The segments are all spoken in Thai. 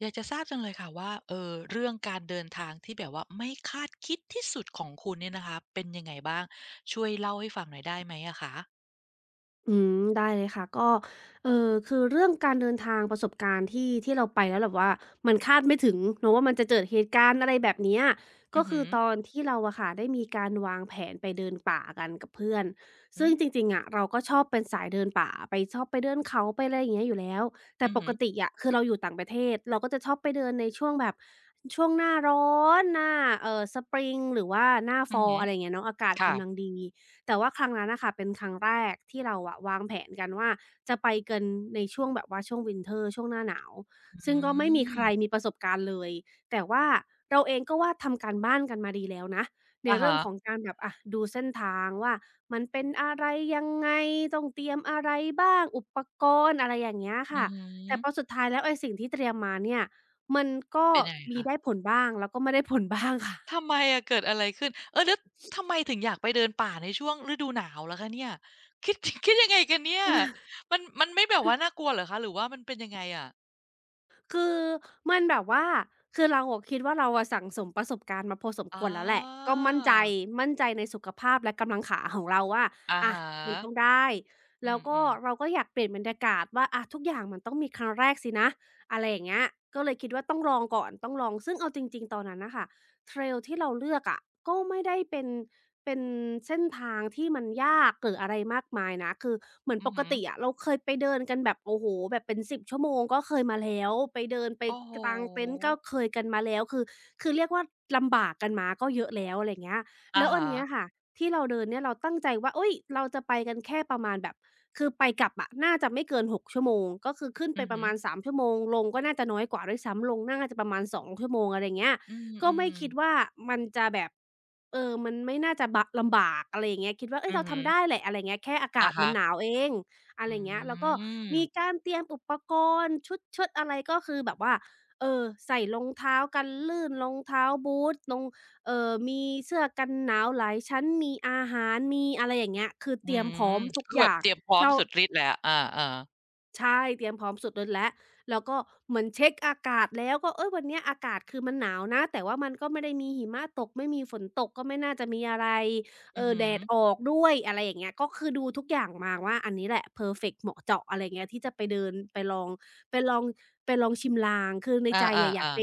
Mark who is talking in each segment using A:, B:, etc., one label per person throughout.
A: อยากจะทราบจังเลยค่ะว่าเรื่องการเดินทางที่แบบว่าไม่คาดคิดที่สุดของคุณเนี่ยนะคะเป็นยังไงบ้างช่วยเล่าให้ฟังหน่อยได้ไหมอะคะ
B: อืมได้เลยค่ะก็คือเรื่องการเดินทางประสบการณ์ที่เราไปแล้วแบบว่ามันคาดไม่ถึงเนาะว่ามันจะเกิดเหตุการณ์อะไรแบบเนี้ย
A: อื
B: ก็
A: อฮึ
B: คือตอนที่เราอะค่ะได้มีการวางแผนไปเดินป่ากันกับเพื่อน
A: อื
B: ซึ่งจ
A: ม
B: ริงๆอะเราก็ชอบเป็นสายเดินป่าไปชอบไปเดินเขาไปอะไรอย่างเงี้ยอยู่แล้วแต่
A: อือ
B: ป
A: ฮึ
B: กติอะคือเราอยู่ต่างประเทศเราก็จะชอบไปเดินในช่วงแบบช่วงหน้าร้อนหน้าSpring หรือว่าหน้า
A: อือ
B: Fall
A: ฮึ
B: อะไรอย่างเงี้ยเนาะอากาศ
A: ค่ะ
B: กำลังดี แต่ว่าครั้งนั้นน่ะค่ะเป็นครั้งแรกที่เราอะวางแผนกันว่าจะไปกันในช่วงแบบว่าช่วง Winter ช่วงหน้าหนาวซึ่ง
A: อื
B: ก็ไม่มีใค
A: ม
B: รมีประสบการณ์เลยแต่ว่าเราเองก็ว่าทำการบ้านกันมาดีแล้วนะใน
A: อะ
B: เรื่อ
A: ฮะ
B: งของการแบบอะดูเส้นทางว่ามันเป็นอะไรยังไงต้องเตรียมอะไรบ้างอุปกรณ์อะไรอย่างเงี้ย
A: อื
B: ค่ะ
A: อฮึ
B: แต่พอสุดท้ายแล้วไอ้สิ่งที่เตรียมมาเนี่ยมันก็
A: เป็นยังไง
B: มี
A: คะ
B: ได้ผลบ้างแล้วก็ไม่ได้ผลบ้างค่ะ
A: ทำไมอะเกิดอะไรขึ้นเออแล้วทำไมถึงอยากไปเดินป่าในช่วงฤดูหนาวล่ะคะเนี่ยคิด คิดยังไงกันเนี่ยมันไม่แบบว่าน่ากลัวเหรอคะหรือว่ามันเป็นยังไงอะ
B: คือมันแบบว่าคือเราอะคิดว่าเราอะสั่งสมประสบการณ์มาพอสมค
A: อา
B: วรแล้วแหละก็มั่นใจในสุขภาพและกำลังขาของเราว่า
A: อะ
B: อะ
A: ฮะ
B: มันต้องได้
A: อื
B: แล้วก็
A: มๆ
B: เราก็อยากเปลี่ยนบรรยากาศว่าอะทุกอย่างมันต้องมีครั้งแรกสินะอะไรอย่างเงี้ยก็เลยคิดว่าต้องลองก่อนต้องลองซึ่งเอาจริงๆตอนนั้นน่ะค่ะ เทรลที่เราเลือกอะก็ไม่ได้เป็นเส้นทางที่มันยากหรืออะไรมากมายนะคือเหมือน
A: อื
B: ป
A: อ
B: ก
A: ฮึ
B: ติอะเราเคยไปเดินกันแบบโอ้โฮแบบเป็นสิบชั่วโมงก็เคยมาแล้วไปเดินไป
A: โอ้โฮ
B: กางเต็นท์ก็เคยกันมาแล้วคือเรียกว่าลำบากกันมาก็เยอะแล้วอะไรอย่างเงี้ย
A: อะ
B: แล้วอัน
A: ฮะ
B: เนี้ยค่ะที่เราเดินเนี่ยเราตั้งใจว่าอุ๊ยเราจะไปกันแค่ประมาณแบบคือไปกลับอะน่าจะไม่เกินหกชั่วโมงก็คือขึ้นไป
A: อือ
B: ป
A: ฮึ
B: ระมาณ3ชั่วโมงลงก็น่าจะน้อยกว่าด้วยซ้ำลงน่าจะประมาณ2ชั่วโมงอะไรอย่างเงี้ย
A: อื
B: ก็ไม่
A: ม
B: คิดว่า
A: ๆ
B: มันจะแบบเออมันไม่น่าจะบะลำบากอะไรอย่างเงี้ยคิดว่าเฮ้ย
A: อือ
B: เรา
A: ฮึ
B: ทำได้แหละอะไรอย่างเงี้ยแค่อากา
A: อะ
B: ศมั
A: ฮะ
B: นหนาวเองอะไร
A: อื
B: อย่างเงี้ยแล้วก็
A: ม
B: มีการเตรียมอุปกรณ์ชุดเชิดอะไรก็คือแบบว่าเออใส่รองเท้ากันลื่นรองเท้าบูตส์รองมีเสื้อกันหนาวหลายชั้นมีอาหารมีอะไรอย่างเงี้ยคือ
A: อื
B: เตรียมพร้อ
A: ม
B: มทุก
A: คือ
B: อ
A: แบบ
B: ย่าง
A: เตรียมพร้อม
B: เท่า
A: สุดฤทธิ์เลยอะอาๆ
B: ใช่เตรียมพร้อมสุดฤทธิ์แล้วแล้วก็เหมือนเช็กอากาศแล้วก็เฮ้ยวันเนี้ยอากาศคือมันหนาวนะแต่ว่ามันก็ไม่ได้มีหิมะตกไม่มีฝนตกก็ไม่น่าจะมีอะไร
A: อือฮึ
B: แดดออกด้วยอะไรอย่างเงี้ยก็คือดูทุกอย่างมาว่าอันนี้แหละเพอร์เฟกต์เหมาะเจาะอะไรเงี้ยที่จะไปเดินไปลองไปลองชิมลางคือใน
A: อ
B: ใจอะอยาก
A: า
B: ไป
A: ๆๆ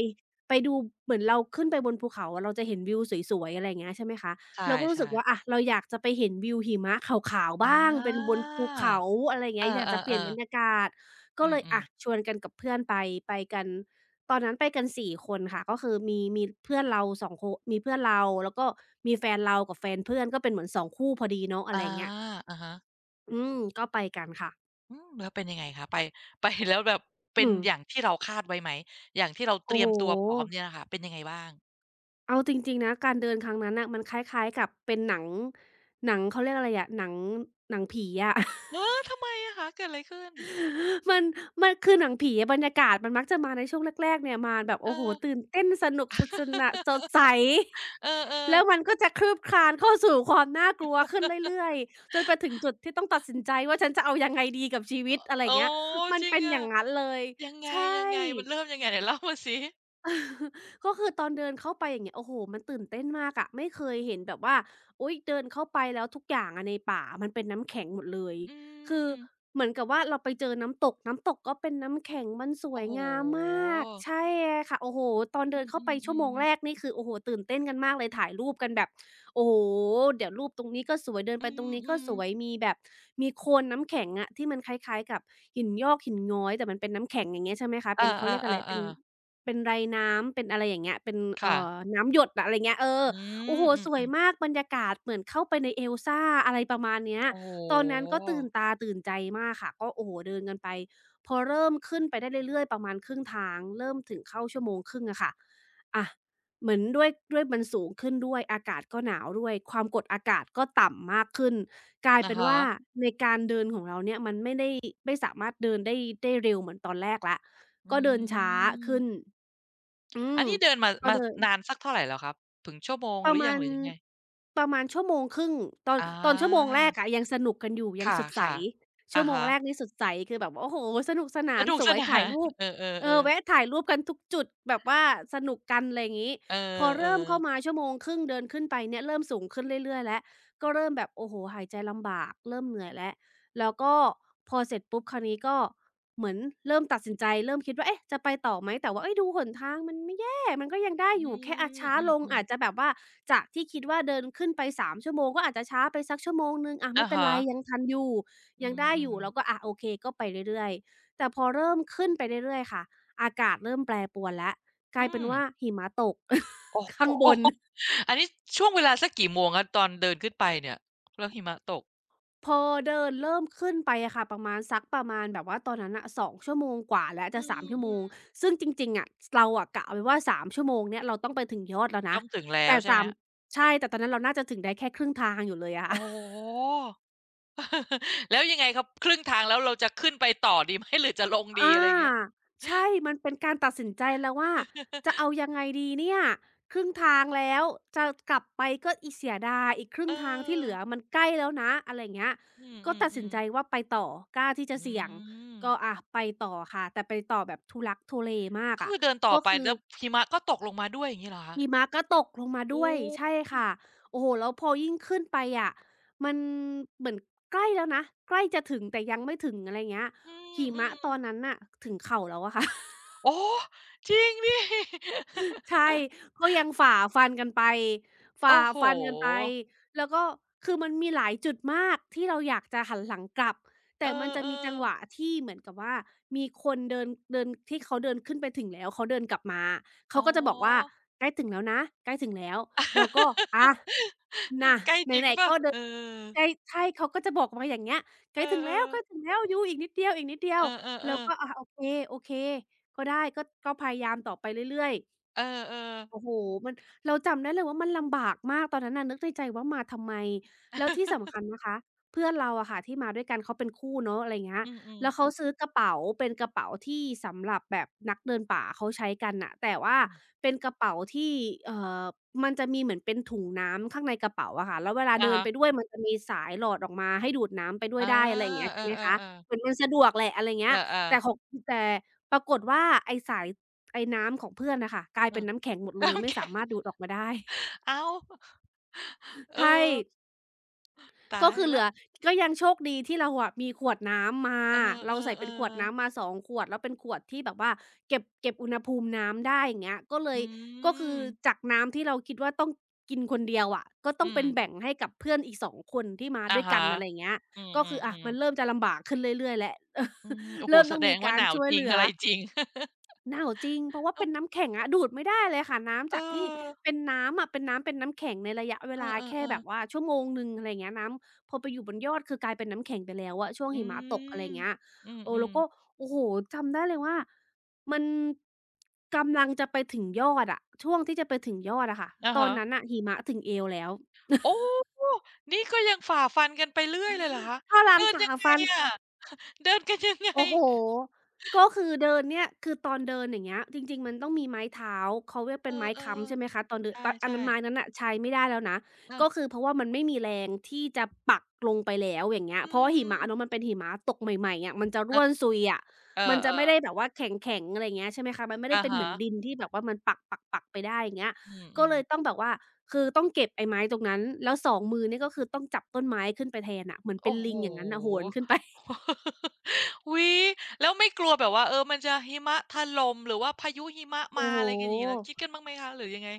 B: ไปดูเหมือนเราขึ้นไปบนภูเขาอะเราจะเห็นวิวสวยๆอะไรอย่างเงี้ยใช่ไหมคะ
A: ใ
B: เราก็รู้สึ
A: ช่
B: กว่าอะ
A: ๆ
B: เราอยากจะไปเห็นวิวหิมะขาวๆ
A: อา
B: บ้างเป็นบนภูเขาอะไรอย่าง
A: เอ
B: เงี้ยอยากจะเปลี่ยน
A: อ
B: บร
A: ๆ
B: ร
A: ๆ
B: ยากาศก็เลย
A: อืม
B: อะ
A: ๆ
B: ชวนกันกับเพื่อนไปไปกันตอนนั้นไปกัน4คนค่ะก็คือมีเพื่อนเราสองคนมีเพื่อนเราแล้วก็มีแฟนเรากับแฟนเพื่อนก็เป็นเหมือน2คู่พอดีเนาะอะ
A: อา
B: ไรอย่างเงี้ย
A: อะฮะ
B: อืมก็ไปกันค่ะ
A: อืมแล้วเป็นยังไงคะไป ไปแล้วแบบเป็น
B: อืม
A: อย่างที่เราคาดไว้ไหมอย่างที่เราเต
B: โอ้
A: รี
B: โ
A: ยมตัวพร้อม
B: ฮ
A: เนี่ยน่ะค่ะเป็นยังไงบ้าง
B: เอาจริงๆนะการเดินครั้งนั้นน่ะมันคล้ายๆกับเป็นหนังหนังเขาเรียกอะไรอะหนังผีอะ
A: เออทำไมอะคะเกิดอะไรขึ้น
B: มันมันคือหนังผีอะบรรยากาศมันมักจะมาในช่วงแรกๆเนี่ยมาแบบ
A: เอ
B: โอ้โฮ
A: อ
B: ตื่นเต้นสนุกสนะสดใส
A: เอ
B: แล้ว
A: อ
B: มันก็จะคลืบคลานเข้าสู่ความน่ากลัวขึ้นเรื่อยๆจนไปถึงจุดที่ต้องตัดสินใจว่าฉันจะเอายังไงดีกับชีวิตอะไร
A: ๆ
B: อย่าง
A: โอ้
B: เงี้ยมัน
A: จริง
B: เป็นอ
A: อะ
B: ย่างงั้นเลย
A: ยังไง
B: ใช
A: ยัง
B: ่
A: ไงมันเริ่มยังไงไหนเล่ามาสิ
B: ก็คือตอนเดินเข้าไปอย่างเงี้ยโอ้โหมันตื่นเต้นมากอะไม่เคยเห็นแบบว่าโอ๊ยเดินเข้าไปแล้วทุกอย่างอะในป่ามันเป็นน้ำแข็งหมดเลย
A: อื
B: คือ
A: ม
B: เหมือนกับว่าเราไปเจอน้ำตกน้ำตกก็เป็นน้ำแข็งมันสว
A: โอ้
B: ย
A: โฮ
B: งามมากใช่ค่ะโอ้โหตอนเดิ
A: อื
B: นเข้าไปชั่วโม
A: ม
B: งแร
A: ๆ
B: ก
A: ๆ
B: นี่คือโอ้โหตื่นเต้นกันมากเลยถ่ายรูปกันแบบโอ้โหเดี๋ยวรูปตรงนี้ก็สวยเดิน
A: อื
B: ไปตรงนี้ก็
A: ม
B: สวย
A: ๆ
B: มีแบบมีโคนน้ำแข็งอะที่มันคล้ายๆกับหินยอกหินง้อยแต่มันเป็นน้ำแข็งอย่างเงี้ยใช่ไหมคะเป็
A: อา
B: นเขาเรียกอะไรเป็น
A: ๆๆๆ
B: เป็นไรน้ำเป็นอะไรอย่างเงี้ยเป็น
A: ค่ะ
B: น้ำหยดอะอะไรเงี้ยเออ
A: อื
B: โอ้
A: ม
B: โฮ
A: อืม
B: สวยมากบรรยากาศเหมือนเข้าไปใน Elsa อะไรประมาณเนี้ย
A: ๆโอ้
B: ตอนนั้นก็
A: โฮ
B: ตื่นตาตื่นใจมากค่ะก็โอ้โฮเดินกันไปพอเริ่มขึ้นไปได้เรื่อยๆประมาณครึ่งทางเริ่มถึงเข้าชั่วโมงครึ่งอะค่ะอะเหมือนด้วยมันสูงขึ้นด้วยอากาศก็หนาวด้วยความกดอากาศก็ต่ำมากขึ้นกลาย
A: อะ
B: เป็น
A: ฮะ
B: ว่าในการเดินของเราเนี่ยมันไม่สามารถเดินได้ได้เร็วเหมือนตอนแรกแล้ว
A: อื
B: ก็เดินช้าขึ้น
A: ม
B: อืม
A: อันนี้เดินมา
B: ก็
A: มา
B: เลย
A: นานสักเท่าไรแล้วครับถึงชั่วโมง
B: ป
A: ห
B: ระ
A: รือยั
B: มา
A: งห
B: ณ
A: รือยังไง
B: ประมาณชั่วโมงครึ่งตอน
A: อ
B: ตอนชั่วโมง
A: า
B: แรกอะยังสนุกกันอยู่
A: ค
B: ยังสดใส
A: ่ะๆ
B: ชั่
A: อะ
B: วโมง
A: ฮะ
B: แรกนี่สดใสคือแบบโอ้โฮสนุกสนา
A: ส
B: น
A: นุก
B: ส
A: ส
B: วย
A: นา
B: ถ่าย
A: น
B: รูป
A: เอ
B: เออ
A: อๆๆ
B: แวะถ่ายรูปกันทุกจุดแบบว่าสนุกกันไรงี้
A: เออ
B: พอเริ่มเข้ามา
A: ๆ
B: ชั่วโมงครึ่งเดินขึ้นไปเนี่ยเริ่มสูงขึ้นเรื่อยๆแล้วก็เริ่มแบบโอ้โฮหายใจลำบากเริ่มเหนื่อยแล้วแล้วก็พอเสร็จปุ๊บคราวนี้ก็เหมือนเริ่มตัดสินใจเริ่มคิดว่าเอ๊ะจะไปต่อไหมแต่ว่าเอ้ยดูหนทางมันไม่ มันก็ยังได้อ
A: อื
B: ยู่แค่อาจ
A: ม
B: ช้า
A: อื
B: ลงอา
A: ม
B: จจะ
A: ๆ
B: แบบว่าจากที่คิดว่าเดินขึ้นไปสามชั่วโมงก็อาจจะช้าไปสักชั่วโมงหนึ่งอะไม่
A: อะ
B: เป็น
A: ฮะ
B: ไรยังทันอยู่
A: อื
B: ยังได้อ
A: ม
B: ยู่เรา
A: ๆ
B: ก็อะโอเคก็ไปเรื่อยๆแต่พอเริ่มขึ้นไปเรื่อยๆค่ะอากาศเริ่มแปรปรวนแล้วก
A: อื
B: ลายเป็น
A: ม
B: ว่าหิมะตก
A: โอ้ โฮ
B: ข้างบน
A: อันนี้ช่วงเวลาสักกี่โมงคะตอนเดินขึ้นไปเนี่ยแล้วหิมะตก
B: พอเดินเริ่มขึ้นไปอะค่ะประมาณสักประมาณแบบว่าตอนนั้นน่ะ2ชั่วโมงกว่าแล้วจะ
A: อื
B: 3ชั่วโมง
A: ม
B: ซึ่งจริงๆอะเราอะกะไว้ว่า3ชั่วโมงเนี่ยเราต้องไปถึงยอดแล้ว
A: ๆ
B: นะ
A: ต้องถึงแล้ว
B: แต่
A: ใช่ไหม
B: 3
A: คร
B: ใช่แต่ตอนนั้นเราน่าจะถึงได้แค่ครึ่งทางอยู่เลยอะค่ะ
A: โอ้โฮ แล้วยังไงครับครึ่งทางแล้วเราจะขึ้นไปต่อดีไหมหรือจะลงดี
B: อา
A: อะไรอย่างเงี้ย
B: ใช่มันเป็นการตัดสินใจแล้วว่าจะเอา ยังไงดีเนี่ยครึ่งทางแล้วจะกลับไปก็อีกเสียดายอีกครึ่
A: เอ
B: งทางที่
A: อ
B: เหลือมันใกล้แล้วนะอะไรอย่างเงี้ย
A: อื
B: ก็ตัดสิน
A: มๆ
B: ใจ
A: ๆ
B: ว่าไปต่อกล้าที่จะ
A: อื
B: เสี่ยง
A: ม
B: ก็อะไปต่อค่ะแต่ไปต่อแบบทุลักทุเลมาก
A: ก็
B: อะ
A: คือเดินต่อ
B: ก็
A: ไป
B: คือ
A: แล้วหิมะก็ตกลงมาด้วยอย่างงี้เหรอคะ
B: หิมะก็ตกลงมาด้
A: โอ้
B: วยใช่ค่ะโอ้โฮแล้วพอยิ่งขึ้นไปอะมันเหมือนใกล้แล้วนะใกล้จะถึงแต่ยังไม่ถึงอะไรอย่างเงี้ย
A: อื
B: หิมะ
A: ม
B: ตอน
A: ๆ
B: นั้นน่ะถึงเข่าแล้วอะค่ะ
A: โอ้จริงดิ
B: ใช่ ก็ยังฝ่าฟันกันไปฝ่า
A: โอ้โฮ
B: ฟันกันไป แล้วก็คือมันมีหลายจุดมากที่เราอยากจะหันหลังกลับ
A: เอ
B: แต่มันจะมีจั
A: อ
B: ง
A: ๆ
B: หวะที่เหมือนกับว่ามีคนเดินเดินที่เขาเดินขึ้นไปถึงแล้วเขาเดินกลับมาเขา
A: อ๋อ
B: ก็จะบอกว่าใกล้ถึงแล้วนะใกล้ถึงแล้วเราก็อาน่ะ
A: ใกล้จริง
B: ไหน
A: เป
B: ๆ
A: ล่า
B: ก็เดิ
A: เอ
B: นใก
A: อ
B: ล้ใช่เขาก็จะบอกมาอย่างเงี้ยใก
A: เอ
B: ล้ถึงแล้ว
A: อ
B: ใก
A: ๆ
B: ล้ถึงแล้วยูอีกนิดเดียวอีกนิดเดีย
A: เอ
B: วเรา
A: อๆๆ
B: ก็อาโอเคๆก็ได้ก็พยายามต่อไปเรื่อยๆ
A: เออ
B: โอ้โฮมันเราจำได้เลยว่ามันลำบากมากตอนนั้นน่ะนึกในใจว่ามาทำไมแล้วที่
A: ๆ
B: สำคัญนะคะเพื่อนเราอะค่ะที่มาด้วยกันเขาเป็นคู่เนาะอะไรอย่างเงี้ย
A: อืม
B: แล้วเขา
A: ๆ
B: ซื้อกระเป๋าเป็นกระเป๋าที่สำหรับแบบนักเดินป่าเขาใช้กันน่ะแต่ว่า
A: อืม
B: เป็นกระเป๋าที่เอ่อมันจะมีเหมือนเป็นถุงน้ำข้างในกระเป๋าอะค่ะแล้วเวลา
A: อะ
B: เดิน
A: ฮะ
B: ไปด้วยมันจะมีสายหลอดออกมาให้ดูดน้ำไปด้วย
A: อา
B: ได้อะไรอย่างเงี้ย
A: เออ
B: ใช่ไหม
A: ๆๆเออ
B: คะ
A: ๆเออ
B: เหมือนมันสะดวกแหละอะไรอย่างเงี้ยแต่ ของแต่ปรากฏว่าไอ้สาย ไอ้น้ำของเพื่อนน่ะค่ะกลายเป็นน้ำแข็งหมดเลย
A: น้ำ
B: ไม่สา
A: แข็ง
B: มารถดูดออกมาได้
A: อ้า ว เออ
B: ใช่
A: ตา
B: ก็
A: ย
B: คือเห
A: แล้
B: ลื
A: ว
B: อก็ยังโชคดีที่เราอะมีขวดน้ำมา
A: เอ
B: เรา
A: อ
B: ใส่เป็นขวด
A: ๆๆ
B: น้ำมาสองขวดแล้วเป็นขวดที่แบบว่าเก็บอุณหภูมิน้ำได้อย่างเงี้ยก็เล
A: อื
B: ยก็คือ
A: ม
B: จากน้ำที่เราคิดว่าต้องกินคนเดียวอะก็ต้
A: อื
B: อง
A: ม
B: เป็นแบ่งให้กับเพื่อนอีก2คนที่มา
A: อะ
B: ด้วยกั
A: ฮะ
B: นอะไรอย่างเงี้ย
A: อื
B: ก็คืออะ
A: ม
B: มัน
A: ๆ
B: เริ่
A: ๆ
B: มจะลำบากขึ้นเรื่อยๆแล้ว
A: อื มโอ้โฮ
B: เริ่ม
A: แส
B: ต้อง
A: ด
B: มี
A: งว่า
B: กา
A: ห
B: ร
A: นาว
B: ช่ว
A: จ
B: ย
A: ริ
B: เห
A: ง
B: ลือ
A: อะไรจริง
B: หนาวจริงเพราะว่า
A: เอ
B: เป็น
A: อ
B: น้ำแข็งอะดูดไม่ได้เลยค่ะน้ำจากที่เป็นน้ำอะเป็นน้ำเป็นน้ำแข็งในระยะเว
A: เอ
B: ลา
A: อเอ
B: แค่
A: อ
B: แบบ
A: ๆ
B: ว่า
A: ๆ
B: ชั่วโมงหนึ่งอะไรอย่างเงี้ยน้ำพอไปอยู่บนยอดคือกลายเป็นน้ำแข็งไปแล้วอะช่วง
A: อื
B: หิมะตกอะไรอ
A: ม
B: ย่างเงี้ย
A: อื
B: เออ
A: ม
B: แล้วก็
A: ๆ
B: โอ้โฮจำได้เลยว่ามันกำลังจะไปถึงยอดอะช่วงที่จะไปถึงยอดอะค่ะ
A: อะ
B: ตอน
A: ฮะ
B: นั้นน่ะหิมะถึงเอวแล้ว
A: โอ้นี่ก็ยังฝ่าฟันกันไปเรื่อยเลยเหรอคะ
B: ก็รั
A: เดิ
B: ง
A: น
B: สา
A: ยังไง
B: ฟัน
A: อะเดินกันยังไง
B: โอ้โฮก็คือเดินเนี่ยคือตอนเดินอย่างเงี้ยจริงๆมันต้องมีไม้เท้าเขาเรียก
A: เอ
B: เป็นไม้
A: อ
B: ค้ำใช่ไหมคะตอนเดิ
A: ๆ
B: นตอนอัน
A: ใช่
B: นั้นไม้นั้
A: ๆ
B: นน่ะใช้ไม่ได้แล้วนะ
A: เออ
B: ก็คือเพราะว่ามันไม่มีแรงที่จะปักลงไปแล้วอย่างเงี้ย
A: อื
B: เพราะว่าหิ
A: ม
B: มะเนาะมันเป็นหิมะตกใหม่ๆอะมันจะร่วนซุยอะ
A: เออ
B: มันจะไม่ได้แบ
A: ๆ
B: บว่าแข็งๆอะไรอย่างเงี้ยใช่ไหมคะมันไม่ได้
A: อะ
B: เป็นเหมือนดิ
A: ฮะ
B: นที่แบบว่ามันปักๆๆไปได้อย่างเงี้ยก็
A: อืม
B: เลยต้อ
A: ๆ
B: งแบบว่าคือต้องเก็บไอ้ไม้ตรงนั้นแล้วสองมือนี่ก็คือต้องจับต้นไม้ขึ้นไปแทนน่ะเหมือนเป็น
A: โอ้โฮ
B: ลิงอย่างงั้นน่ะโหนขึ้นไป
A: อุ๊ยแล้วไม่กลัวแบบว่าเออมันจะหิมะถล่มหรือว่าพายุหิมะมา
B: โอ้โฮ
A: อะไรกันอย่างงี้แล้วคิดกันบ้างไหมคะหรือยังไง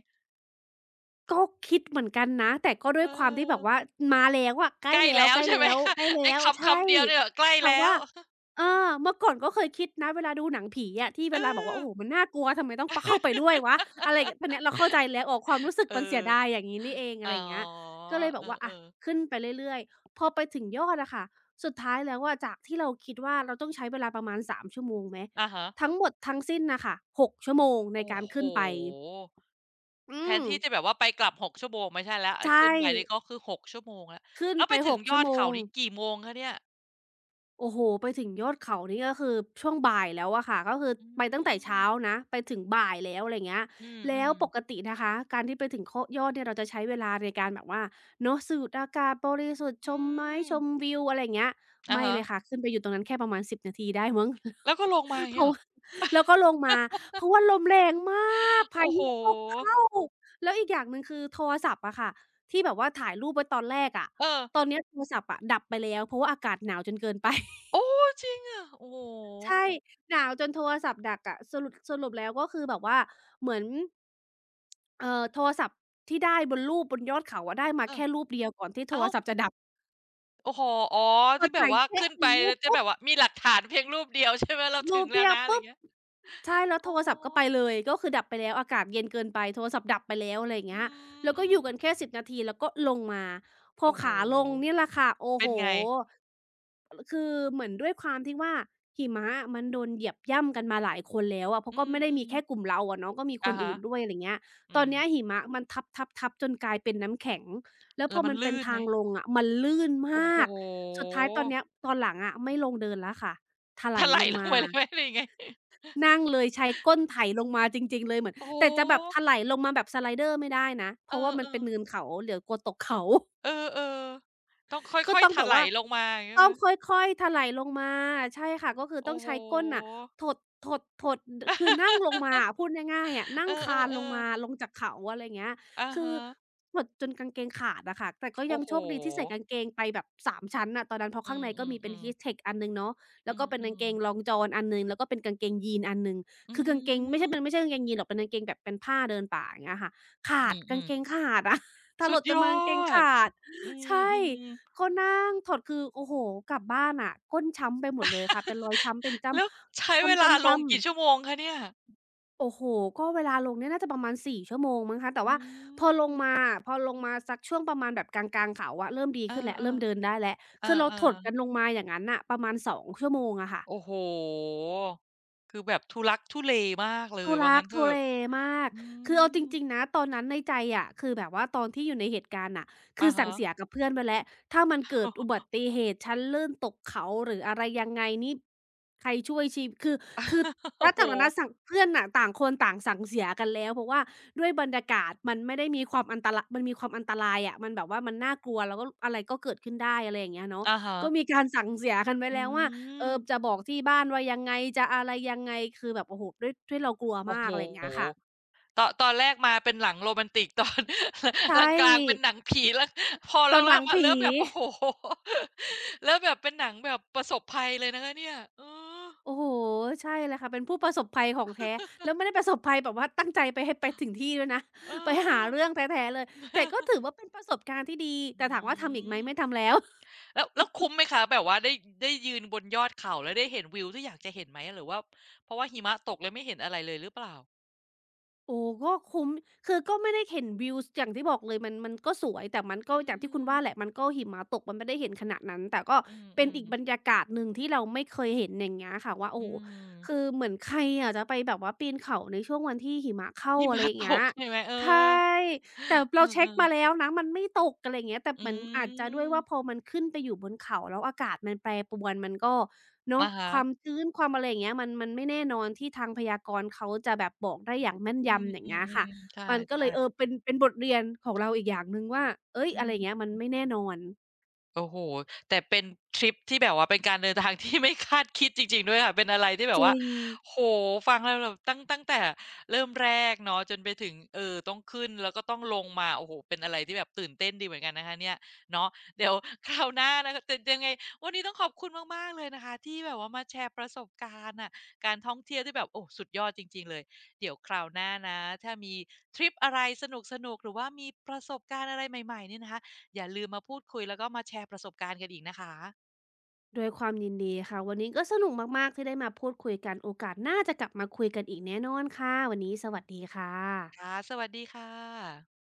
B: ก็คิดเหมือนกันนะแต่ก็ด้
A: เอ
B: ว
A: อ
B: ยความที่แบบว่ามาแล้วอะใกล้
A: ใกล้
B: แล้ว
A: แล้
B: ๆ
A: ว
B: ใกล้
A: ใช่
B: แ
A: ไหมคะไอ้
B: ล้ว
A: คำ
B: ใช่
A: คำเดียวเนี่ยใกล้
B: แต่
A: แล้ว
B: ว่า เออเมื่อก่อนก็เคยคิดนะเวลาดูหนังผีอะที่
A: เอ
B: เวลาบอกว่า
A: อ
B: โอ้โฮมันน่ากลัวทำไมต้องปเข้าไปด้วยวะอะไรอย่างเงี้ยตอนเนี้ยเราเข้าใจแล้วอ๋อความรู้สึก
A: เออ
B: มันเสียดายอย่างงี้นี่เองอะ
A: อ๋อ
B: ไรอย่างเงี้ยก็เลยแบ
A: เอ
B: บว่าอะ
A: อๆ
B: ขึ้นไปเรื่อยๆพอไปถึงยอดอะค่ะสุดท้ายแล้วอะจากที่เราคิดว่าเราต้องใช้เวลาประมาณสามชั่วโมงไหม
A: อะฮะ
B: ทั้งหมดทั้งสิ้นน่ะค่ะ6ชั่วโมงใน
A: โอ้
B: การ
A: โฮ
B: ขึ้นไปอื
A: แทน
B: ม
A: ที่จะแบบว่าไปกลับ6ชั่วโมงไม่ใช่แล้วไอ้
B: ใช่
A: ขึ้นไปนี่ก็คือ6ชั่วโมงแล้ว
B: ขึ้น
A: แล้ว
B: ไป
A: ไปถึง
B: 6
A: ย
B: ชั่
A: อ
B: ว
A: ด
B: โม
A: เขา
B: ง
A: นี่กี่โมงคะเนี่ย
B: โอ้โฮไปถึงยอดเขานี่ก็คือช่วงบ่ายแล้วอะค่ะ ก็คือ
A: อื
B: ไปตั้งแต่เช้า
A: ม
B: นะไปถึงบ่ายแล้วอะไรเงี้ย
A: อื
B: แล้ว
A: ม
B: ป
A: ๆ
B: กตินะคะ การที่ไปถึงโคะยอดเนี่ยเราจะใช้เวลาในการแบบว่าเนาะสูดอากาศบริสุทธิ์ช
A: อื
B: มไม้
A: ม
B: ชมวิวอะไรอย่างเงี้ย
A: อะ
B: ไม่
A: ฮะ
B: เลยค่ะ ขึ้นไปอยู่ตรงนั้นแค่ประมาณ10นาทีได้มั้ง
A: แล้วก็ลงมาอ ย่าง
B: เพ
A: เงี้ย
B: ราะ
A: เหรอ
B: ว่าแล้วก็ลงมาเพราะว่าลมแรงมากพา
A: โอ้
B: ยุ
A: โฮ
B: ก็เข้า แล้วอีกอย่างหนึ่งคือโทรศัพท์อะค่ะที่แบบว่าถ่ายรูปไว้ตอนแรกอะ
A: เออ
B: ตอนเนี้ยโทรศัพท์อะดับไปแล้วเพราะว่าอากาศหนาวจนเกินไป
A: โอ้จริงอะโอ้โฮ
B: ใช่หนาวจนโทรศัพท์ดักอะสรุปแล้วก็คือแบบว่าเหมือนเอ่อโทรศัพท์ที่ได้บนรูปบนยอดเขาอะได้มา
A: เออ
B: แค่รูปเดียวก่อนที่โท
A: อ้า
B: ร
A: ว
B: ศัพท์จะดับ
A: โอ้โฮอ๋อ
B: พอ
A: ที่แบบ
B: ถ่าย
A: ว่า
B: แชะ
A: ขึ้น
B: ห
A: ไป
B: นึ่งรู
A: แล้
B: ป
A: วจะ
B: ปุ๊
A: แบ
B: บ
A: บว่ามีหลักฐานเพียงรูปเดียวใช่ไหมเรา
B: ลู
A: ถึง
B: ด
A: แล้ว
B: เดียว
A: นะอะไรอ
B: ปุ๊
A: ย่า
B: บ
A: งเงี้ย
B: ใช่แล้ว
A: อ๋
B: โท
A: อ
B: รศัพท์ก็ไปเลยก็คือดับไปแล้วอากาศเย็นเกินไปโทรศัพท์ดับไปแล้วอะไรอย่าง
A: อื
B: เงี้ยแล้วก็
A: ม
B: อยู่
A: ๆ
B: กันแค่สิบนาทีแล้วก็ลงมาพอ
A: โอ้โฮ
B: ขาลงเนี่ยแหละค่ะโอ้
A: เป็
B: โฮ
A: นไง
B: ลคือเหมือนด้วยความที่ว่าหิมะมันโดนเหยียบย่ำกันมาหลายคนแล้วอะเพราะ
A: อื
B: ก็ไม่ได้
A: ม
B: มีแค่
A: ๆ
B: กลุ่มเราอะเนาะก็มีค
A: อะ
B: น
A: ฮะ
B: อื่นด้วยอะไรอย่างเงี้ยต
A: อื
B: อน
A: ม
B: เนี้ยหิมะมันทับๆๆจนกลายเป็นน้ำแข็งแล้วพ
A: แล้
B: อ
A: วมัน
B: มันเป็
A: ลื่
B: น
A: นไห
B: ทา
A: ม
B: งลงอะมันลื่นม
A: โอ้โฮ
B: ากสุดท้ายตอนเนี้ยตอนหลังอะไม่ลงเดินแล้วค่ะไถล
A: ถลา
B: ล
A: ย
B: ง
A: ลง
B: มา
A: ไปเลยไหมหรือยังไง
B: นั่งเลยใช้ก้นไถลงมาจริงๆเลยเหมือน
A: โอ้โฮ
B: แต่จะแบบถลายลงมาแบบสไลเดอร์ไม่ได้นะเพ
A: เอ
B: ราะว่ามัน
A: อ
B: เป็นเนิน
A: ๆ
B: เขาเดี๋ยวกลัวตกเขา
A: เออๆต้องค
B: ก็
A: ่อย
B: ต้อ
A: ๆ
B: ง
A: ถ
B: แบบ
A: ลา
B: ว่า
A: ยลงมาอย่างงี้
B: ต้
A: ไห
B: อ
A: ม
B: งค่อยๆไถไลลงมาใช่ค่ะก็คือต้
A: โอ้
B: อง
A: โฮ
B: ใช้ก้นน่ะถดถดดคือนั่งลงมาอะพูดง่ายๆอะนั่
A: เอ
B: งคลานลง
A: อ
B: มา
A: ๆๆ
B: ลงจากเขาอะไรอย่างเงี้ย
A: อะ
B: คือ
A: ฮะ
B: ถดจนกางเกงขาดอะค่ะแต่ก็
A: โอ้
B: ยัง
A: โฮ
B: โชคดีที่ใส่กางเกงไปแบบ3ชั้นน่ะตอนนั้นเพราะ
A: อื
B: ข้างในก็มีเป็น
A: มๆๆ
B: Heattech อันหนึ่งเนาะ
A: อื
B: แล้วก็เป็นกางเก
A: ม
B: ง
A: ๆ
B: long john อันหนึ่งแล้วก็เป็นกางเกงยีนอันหนึ่ง
A: อื
B: คือกางเกงไม่ใช่มันไม่
A: ม
B: ใช่กางเกงยีนหรอกเป็นกางเกงแบบเป็นผ้าเดินป่าอย่างเงี้ยค่ะขา
A: อ
B: ดกา
A: ื
B: ง
A: ม
B: เกง
A: ๆ
B: ขาดอะ ถ
A: สุ
B: ล
A: ด
B: ดจ
A: ย
B: นมา
A: อ
B: กางเกง
A: ด
B: ขาด
A: อื
B: ใช่
A: ม
B: ก็นั่งถอดคือโอ้โฮกลับบ้านอะก้นช้ำไปหมดเลยค่ะเป็นรอยช้ำเป็นจ้
A: ๆแล้วใช้
B: ำ
A: เวลาลง
B: จ้ำๆ
A: กี่
B: ๆ
A: ชั่วโมงคะเนี่ย
B: โอ้โฮก็เวลาลงเนี่ยน่าจะประมาณ4ชั่วโมงมั้งคะแต่
A: อื
B: ว่าพอลงมา
A: ม
B: อะพอลงมาสักช่วงประมาณแบบกลางๆเขาอะเริ่มดี
A: เออ
B: ขึ้น
A: ๆ
B: แล้วเริ่มเดินได้แล้ว
A: เอ
B: คือเรา
A: อ
B: ถดกัน
A: ๆ
B: ลงมาอย่างงั้นน่ะประมาณ2ชั่วโมงอะค่ะ
A: โอ้โฮคือแบบทุลักทุเลมากเล
B: ทุ
A: ยว่า
B: ลั
A: งั้
B: ก
A: นเถ
B: ทุ
A: อะ
B: เลมาก
A: อื
B: คือเอาจ
A: ม
B: ริงๆนะตอนนั้นในใจอะคือแบบว่าตอนที่อยู่ในเหตุการณ์น่ะ
A: อะ
B: สั่
A: ฮะ
B: งเสียกับเพื่อนไว้แล้วถ้ามันเกิดอุบั ติเหตุฉันลื่นตกเขาหรืออะไรยังไงนี่ใครช่วยชีคือ
A: โอ้
B: แล้ว
A: โฮ
B: จากนั้นน่ะสั่งเพื่อนน่ะต่างคนต่างสั่งเสียกันแล้วเพราะว่าด้วยบรรยากาศมันไม่ได้มีความอันตระมันมีความอันตรายอะมันแบบว่ามันน่ากลัวแล้วก็อะไรก็เกิดขึ้นได้อะไรอย่างเงี้ยเนาะ
A: อะฮะ
B: ก็มีการสั่งเสียกันไว้
A: อื
B: แล้วว่า เออจะ
A: ม
B: บอกที่บ้านว่ายังไงจะอะไรยังไงคือแบบโอ้โฮด้วยเรากลัว
A: โอ้
B: มา
A: โฮ
B: กอะไรอย่างเงี้ยค่ะ
A: ตอนแรกมาเป็นหนังโรแมนติกตอน
B: ใช
A: หลังกลางเป็น
B: ่
A: หนังผีแล้วพอ
B: ตัว
A: ห
B: ห
A: ลั
B: นั
A: ง
B: ง
A: ๆมา
B: ผี
A: เริ่มแบบโอ้โฮ เริ่มแบบเป็นหนังแบบประสบภัยเลยนะคะเนี่ยเออ
B: โอ้โฮใช่เลยค่ะเป็นผู้ประสบภัยของแท้แล้วไม่ได้ประสบภัยแบบว่าตั้งใจไปให้ไปถึงที่ด้วยนะ
A: เอ
B: ไปหาเรื่อง
A: อ
B: แท้ๆเลยแต่ก็ถือ ว่าเป็นประสบการณ์ที่ดี
A: อื
B: แต่ถามว่าทำอีกไหม
A: ม
B: ไม่ทำแล้ว
A: แล้วคุ้มไหมคะแบบว่าได้ได้ยืนบนยอดเขาแล้วได้เห็นวิวที่อยากจะเห็นไหมหรือว่าเพราะว่าหิมะตกเลยไม่เห็นอะไรเลยหรือเปล่า
B: โอ้ก็คุ้มคือก็ไม่ได้เห็นวิวสอย่างที่บอกเลยมันก็สวยแต่มันก็
A: อื
B: อย่างที่คุณว่าแหละ
A: ม
B: มันก็หิมะตกมันไม่ได้เห็นขนาดนั้นแต่ก็
A: อื
B: เป็นอี
A: ม
B: กบรร
A: ๆ
B: ยากาศหนึ่งที่เราไม่เคยเห็นอย่างเงี้ยค่ะว่าโอ้
A: อื
B: โฮ
A: ม
B: คือเหมือนใครอะจะไปแบบว่าปีนเขาในช่วงวันที่หิมะเข้า
A: หิ
B: อะไร
A: มะ
B: อย่าง
A: ต
B: เงี้
A: ก
B: ย
A: ใช่ไหมเอ
B: ใช่
A: อ
B: แต่
A: เออ
B: เราเช็กมาแล้ว
A: ๆ
B: นะมันไม่ตกอะไรอย่างเงี้ยแต่เห
A: อื
B: มือนอาจจะด้วย
A: ม
B: ว่าพอมันขึ้นไปอยู่บนเขาแล้วอากาศมันแปรปรวนมันก็ เนาะ
A: อะฮะ
B: ความชื้นความอะไรอย่างเงี้ยมันไม่แน่นอนที่ทางพยากรณ์เขาจะแบบบอกได้อย่างแม่น
A: อืม
B: ยำอย่างเงี้ยค่ะ
A: ๆๆใช่
B: มันก็เลยเออ
A: ๆ
B: เป็นบทเรียนของเราอีกอย่างหนึ่งว่าเฮ้ย
A: อื
B: อะไรอย่างเงี้ย
A: ม
B: มันไม่แน่นอน
A: โอ้โฮแต่เป็นทริปที่แบบว่าเป็นการเดินทาง ที่ไม่คาดคิดจริงๆด้วยค่ะเป็นอะไรที่แบ
B: จ
A: บ
B: ริ
A: ว่า
B: ง
A: โอ้โฮฟังแล้วแบบตั้งแต่เริ่มแรกเนาะจนไปถึงต้องขึ้นแล้วก็ต้องลงมาโอ้โฮเป็นอะไรที่แบบตื่นเต้นดีเหมือนกันนะคะเนี่ยเนาะเดี๋ยวคราวหน้านะคะแต่ยังไงวันนี้ต้องขอบคุณมากๆเลยนะคะที่แบบว่ามาแชร์ประสบการณ์น่ะการท่องเที่ยวที่แบบโอ้สุดยอดจริงๆเลย เดี๋ยวคราวหน้านะถ้ามีทริปอะไรสนุกๆหรือว่ามีประสบการณ์อะไรใหม่ๆเนี่ยนะคะ อย่าลืมมาพูดคุยแล้วก็มาแชร์ประสบการณ์กันอีกนะคะ
B: ด้วยความยินดีค่ะวันนี้ก็สนุกมากๆที่ได้มาพูดคุยกันโอกาสหน้าจะกลับมาคุยกันอีกแน่นอนค่ะวันนี้สวัสดีค่
A: ค่ะ
B: ะ
A: สวัสดีค่ะ